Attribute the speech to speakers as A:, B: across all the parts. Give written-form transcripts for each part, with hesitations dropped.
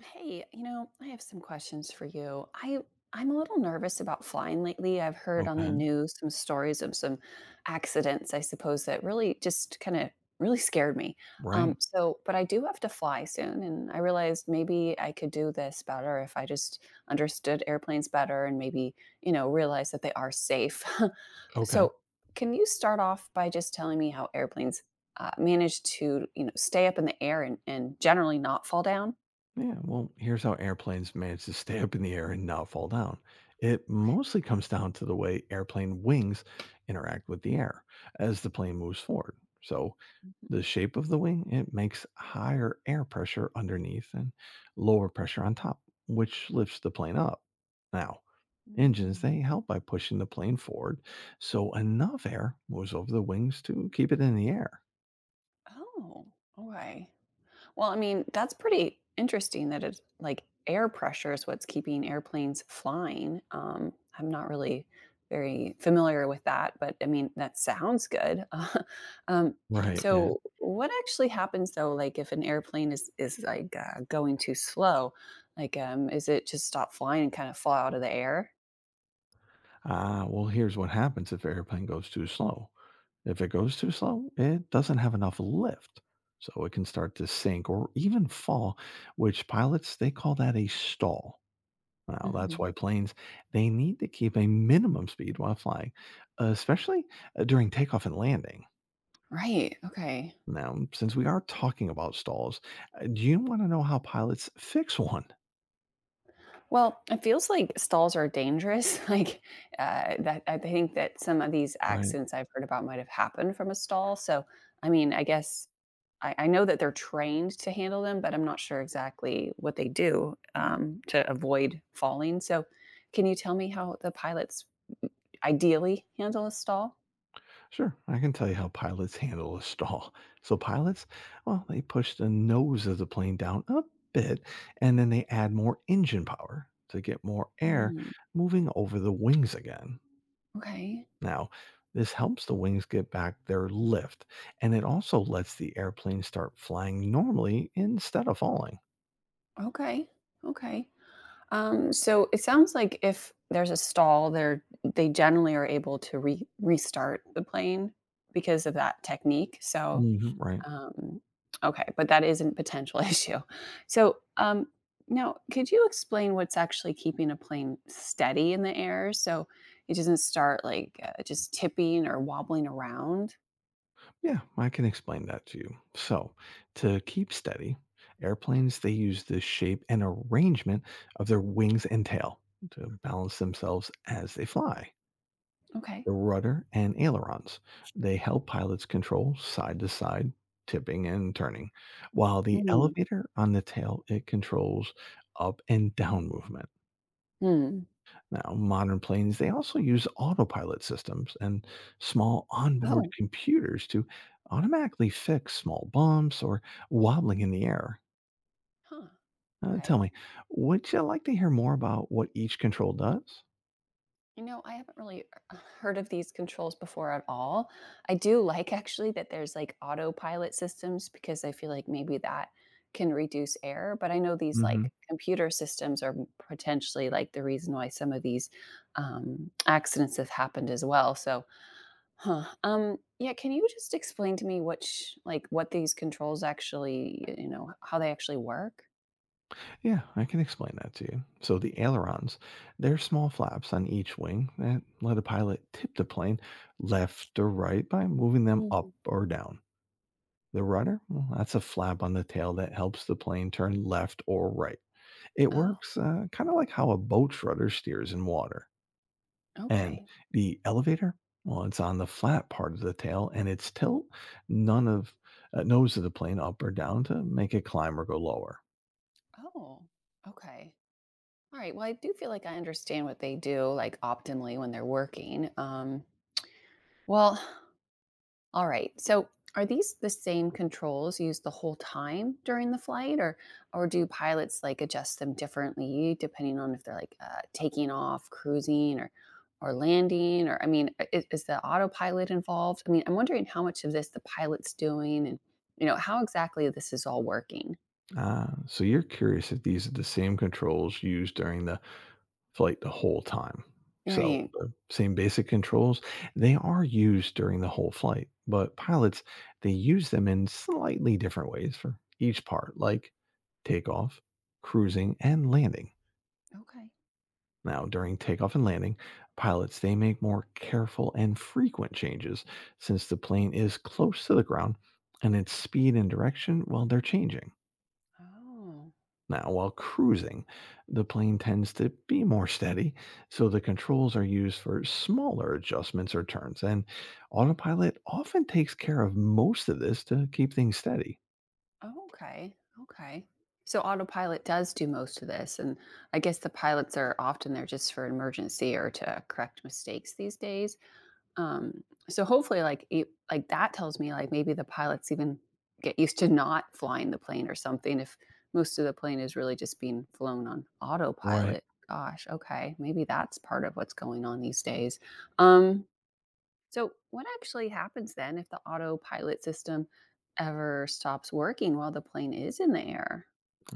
A: Hey, you know, I have some questions for you. I'm a little nervous about flying lately. I've heard on the
B: Okay.
A: news some stories of some accidents, I suppose, that really just kind of really scared me. Um,
B: Right.
A: so, but I do have to fly soon, and I realized maybe I could do this better if I just understood airplanes better and maybe, you know, realize that they are safe.
B: Okay.
A: So, can you start off by just telling me how airplanes manage to, you know, stay up in the air and generally not fall down?
B: Yeah. Well, here's how airplanes manage to stay up in the air and not fall down. It
A: Okay.
B: mostly comes down to the way airplane wings interact with the air as the plane moves forward. So, the shape of the wing, it makes higher air pressure underneath and lower pressure on top, which lifts the plane up. Now, engines,
A: Mm.
B: they help by pushing the plane forward so enough air moves over the wings to keep it in the air.
A: Oh, okay. Well, I mean, that's pretty interesting that it's like air pressure is what's keeping airplanes flying. I'm not really very familiar with that, but I mean, that sounds good. Um,
B: Right. Yeah.
A: so what actually happens though, like if an airplane is like going too slow, like is it just stop flying and kind of fall out of the air?
B: Ah, well, here's what happens if airplane goes too slow. If it goes too slow, it doesn't have enough lift, so it can start to sink or even fall, which pilots they call that a stall. Now, that's
A: Hmm.
B: why planes they need to keep a minimum speed while flying, especially during takeoff and landing.
A: Right. Okay.
B: Now, since we are talking about stalls, do you want to know how pilots fix one?
A: Well, it feels like stalls are dangerous. Like that, I think that some of these
B: Right.
A: accidents I've heard about might have happened from a stall. So, I mean, I guess I know that they're trained to handle them, but I'm not sure exactly what they do to avoid falling. So, can you tell me how the pilots ideally handle a stall?
B: Sure, I can tell you how pilots handle a stall. So pilots, well, they push the nose of the plane down a bit and then they add more engine power to get more air
A: Mm,
B: moving over the wings again.
A: okay.
B: Now, this helps the wings get back their lift and it also lets the airplane start flying normally instead of falling.
A: Okay. Okay. So it sounds like if there's a stall, they generally are able to restart the plane because of that technique. So
B: Mhm, right.
A: um, okay, but that isn't potential issue. So now, could you explain what's actually keeping a plane steady in the air so it doesn't start like just tipping or wobbling around?
B: Yeah, I can explain that to you. So, to keep steady, airplanes they use the shape and arrangement of their wings and tail to balance themselves as they fly.
A: Okay.
B: The rudder and ailerons, they help pilots control side to side tipping and turning, while the
A: Mm-hmm.
B: elevator on the tail it controls up and down movement. Now, modern planes, they also use autopilot systems and small onboard
A: Oh,
B: computers to automatically fix small bumps or wobbling in the air.
A: huh.
B: Tell
A: Okay.
B: me, would you like to hear more about what each control does?
A: You know, I haven't really heard of these controls before at all. I do like actually that there's like autopilot systems because I feel like maybe that can reduce error. But I know these
B: Hmm.
A: like computer systems are potentially like the reason why some of these accidents have happened as well. So, huh. Yeah, can you just explain to me what like what these controls actually, you know, how they actually work?
B: Yeah, I can explain that to you. So the ailerons, they're small flaps on each wing that let a pilot tip the plane left or right by moving them up
A: Mhm.
B: or down. The rudder, well, that's a flap on the tail that helps the plane turn left or right. It
A: Oh,
B: works, kinda like how a boat's rudder steers in water. And
A: okay.
B: the elevator? Well, it's on the flat part of the tail, and its tilt none of nose of the plane up or down to make it climb or go lower.
A: Oh, okay. All right. Well, I do feel like I understand what they do, like optimally when they're working. Well, all right. So, are these the same controls used the whole time during the flight, or do pilots like adjust them differently depending on if they're like taking off, cruising, or landing? Or I mean, is the autopilot involved? I mean, I'm wondering how much of this the pilot's doing, and you know how exactly this is all working.
B: Ah, so you're curious if these are the same controls used during the flight the whole time. So
A: Right.
B: the same basic controls, they are used during the whole flight, but pilots, they use them in slightly different ways for each part, like takeoff, cruising, and landing.
A: Okay.
B: Now, during takeoff and landing, pilots they make more careful and frequent changes since the plane is close to the ground and its speed and direction, well, they're changing.
A: Oh.
B: Now, while cruising, the plane tends to be more steady, so the controls are used for smaller adjustments or turns, and autopilot often takes care of most of this to keep things steady.
A: Oh, okay. Okay. So autopilot does do most of this, and I guess the pilots are often there just for emergency or to correct mistakes these days. Um, so hopefully, like it, like that tells me like maybe the pilots even get used to not flying the plane or something. If most of the plane is really just being flown on
B: Right.
A: autopilot, gosh, okay, maybe that's part of what's going on these days. Um, so, what actually happens then if the autopilot system ever stops working while the plane is in the air?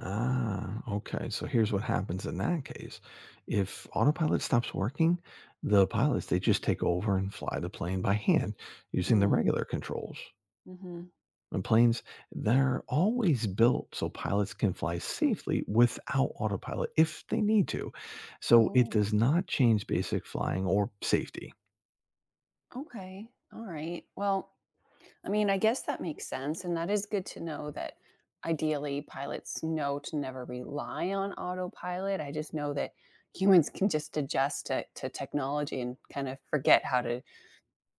B: Ah, okay. So here's what happens in that case. If autopilot stops working, the pilots they just take over and fly the plane by hand using the
A: Mm,
B: regular controls.
A: hmm.
B: And planes they're always built so pilots can fly safely without autopilot if they need to. So it
A: Oh,
B: does not change basic flying or safety,
A: okay. All right. Well, I mean, I guess that makes sense. And that is good to know that ideally pilots know to never rely on autopilot. I just know that humans can just adjust to, technology and kind of forget how to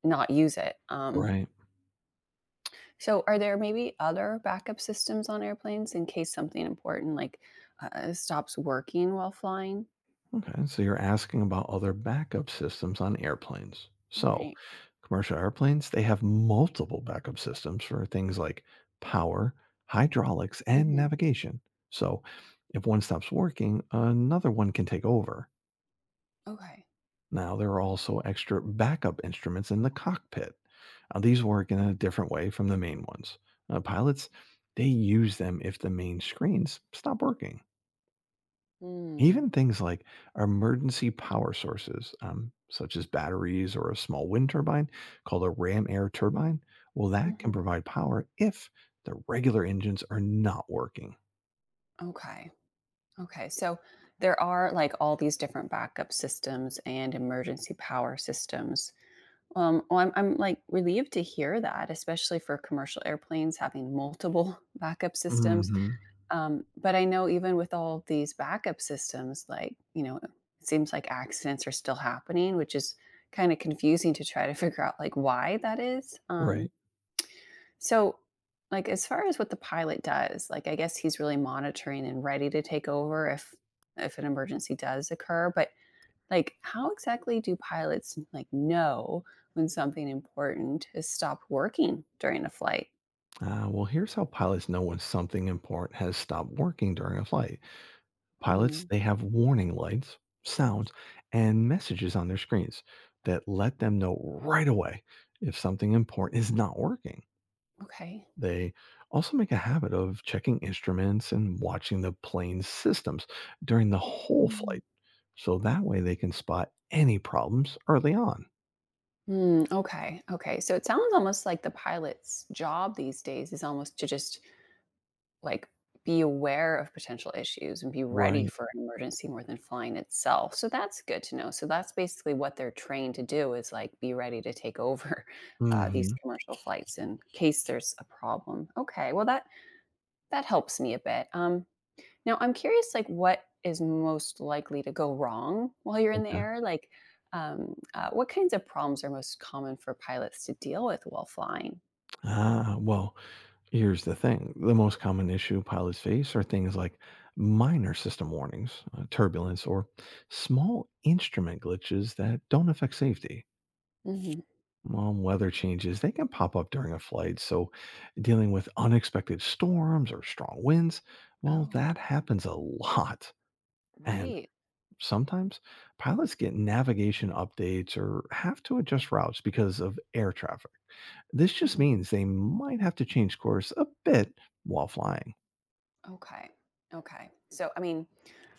A: not use it.
B: right?
A: So, are there maybe other backup systems on airplanes in case something important like stops working while flying?
B: Okay, so you're asking about other backup systems on airplanes. So,
A: Right.
B: commercial airplanes, they have multiple backup systems for things like power, hydraulics, and
A: Hmm.
B: navigation. So, if one stops working, another one can take over.
A: Okay.
B: Now, there are also extra backup instruments in the cockpit. These work in a different way from the main ones. Pilots, they use them if the main screens stop working.
A: Mm.
B: Even things like emergency power sources, such as batteries or a small wind turbine called a ram air turbine, well, that can
A: Hmm.
B: provide power if the regular engines are not working.
A: Okay. Okay. So, there are like all these different backup systems and emergency power systems. Well, I'm like relieved to hear that, especially for commercial airplanes having multiple backup systems.
B: Hmm.
A: But I know even with all of these backup systems, like, you know, it seems like accidents are still happening, which is kind of confusing to try to figure out like why that is.
B: Right.
A: So like as far as what the pilot does, like I guess he's really monitoring and ready to take over if an emergency does occur, but like how exactly do pilots like know when something important has stopped working during a flight?
B: Well, here's how pilots know when something important has stopped working during a flight. Pilots,
A: Hmm.
B: they have warning lights, sounds, and messages on their screens that let them know right away if something important is not working.
A: Okay.
B: They also make a habit of checking instruments and watching the plane's systems during the whole flight. So that way they can spot any problems early on.
A: Mm, okay. Okay. So it sounds almost like the pilot's job these days is almost to just like be aware of potential issues and be ready
B: Right.
A: for an emergency more than flying itself. So that's good to know. So that's basically what they're trained to do is like be ready to take over these
B: Hmm.
A: commercial flights in case there's a problem. Okay. Well, that that helps me a bit. Now, I'm curious, like, what is most likely to go wrong while you're in the
B: Okay.
A: air? Like, what kinds of problems are most common for pilots to deal with while flying?
B: Ah, well, here's the thing. The most common issue pilots face are things like minor system warnings, turbulence, or small instrument glitches that don't affect safety.
A: Hmm.
B: Weather changes, they can pop up during a flight. So, dealing with unexpected storms or strong winds, well,
A: Oh,
B: that happens a lot. And
A: right.
B: sometimes pilots get navigation updates or have to adjust routes because of air traffic. This just
A: Mhm.
B: means they might have to change course a bit while flying.
A: Okay. Okay. So, I mean,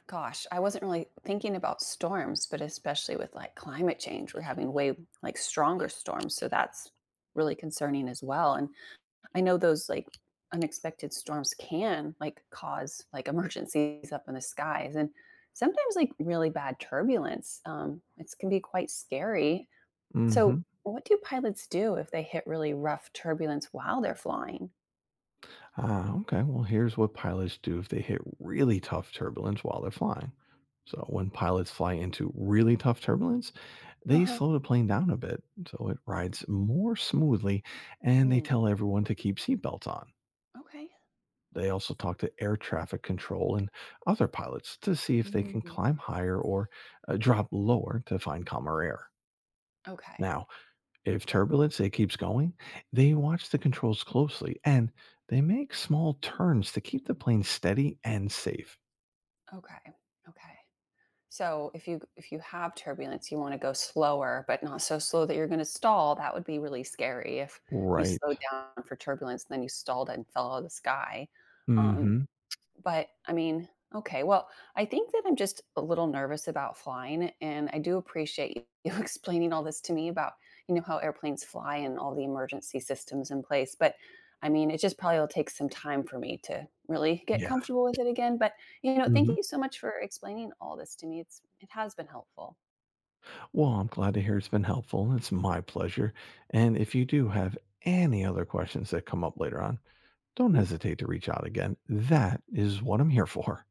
A: gosh, I wasn't really thinking about storms, but especially with like climate change, we're having way like stronger storms. So that's really concerning as well. And I know those like unexpected storms can like cause like emergencies up in the skies and sometimes like really bad turbulence. It can be quite scary. So,
B: Hmm.
A: what do pilots do if they hit really rough turbulence while they're flying?
B: Ah, okay. Well, here's what pilots do if they hit really tough turbulence while they're flying. So, when pilots fly into really tough turbulence,
A: Uh
B: they
A: huh.
B: slow the plane down a bit so it rides more smoothly, and they
A: Mm,
B: tell everyone to keep seatbelts on.
A: okay.
B: They also talk to air traffic control and other pilots to see if they can
A: Mm,
B: climb higher or drop lower to find calmer air.
A: okay.
B: Now, if turbulence it keeps going, they watch the controls closely and they make small turns to keep the plane steady and safe.
A: Okay. Okay. So if you have turbulence, you want to go slower, but not so slow that you're going to stall. That would be really scary if you
B: Right.
A: slowed down for turbulence and then you stalled and fell out of the sky. Um,
B: Mhm.
A: but I mean, okay. Well, I think that I'm just a little nervous about flying, and I do appreciate you explaining all this to me about, you know, how airplanes fly and all the emergency systems in place. But I mean, it just probably will take some time for me to really get
B: Yeah.
A: comfortable with it again. But you know, thank
B: Mhm.
A: you so much for explaining all this to me. It has been helpful.
B: Well, I'm glad to hear it's been helpful. It's my pleasure. And if you do have any other questions that come up later on, don't hesitate to reach out again. That is what I'm here for.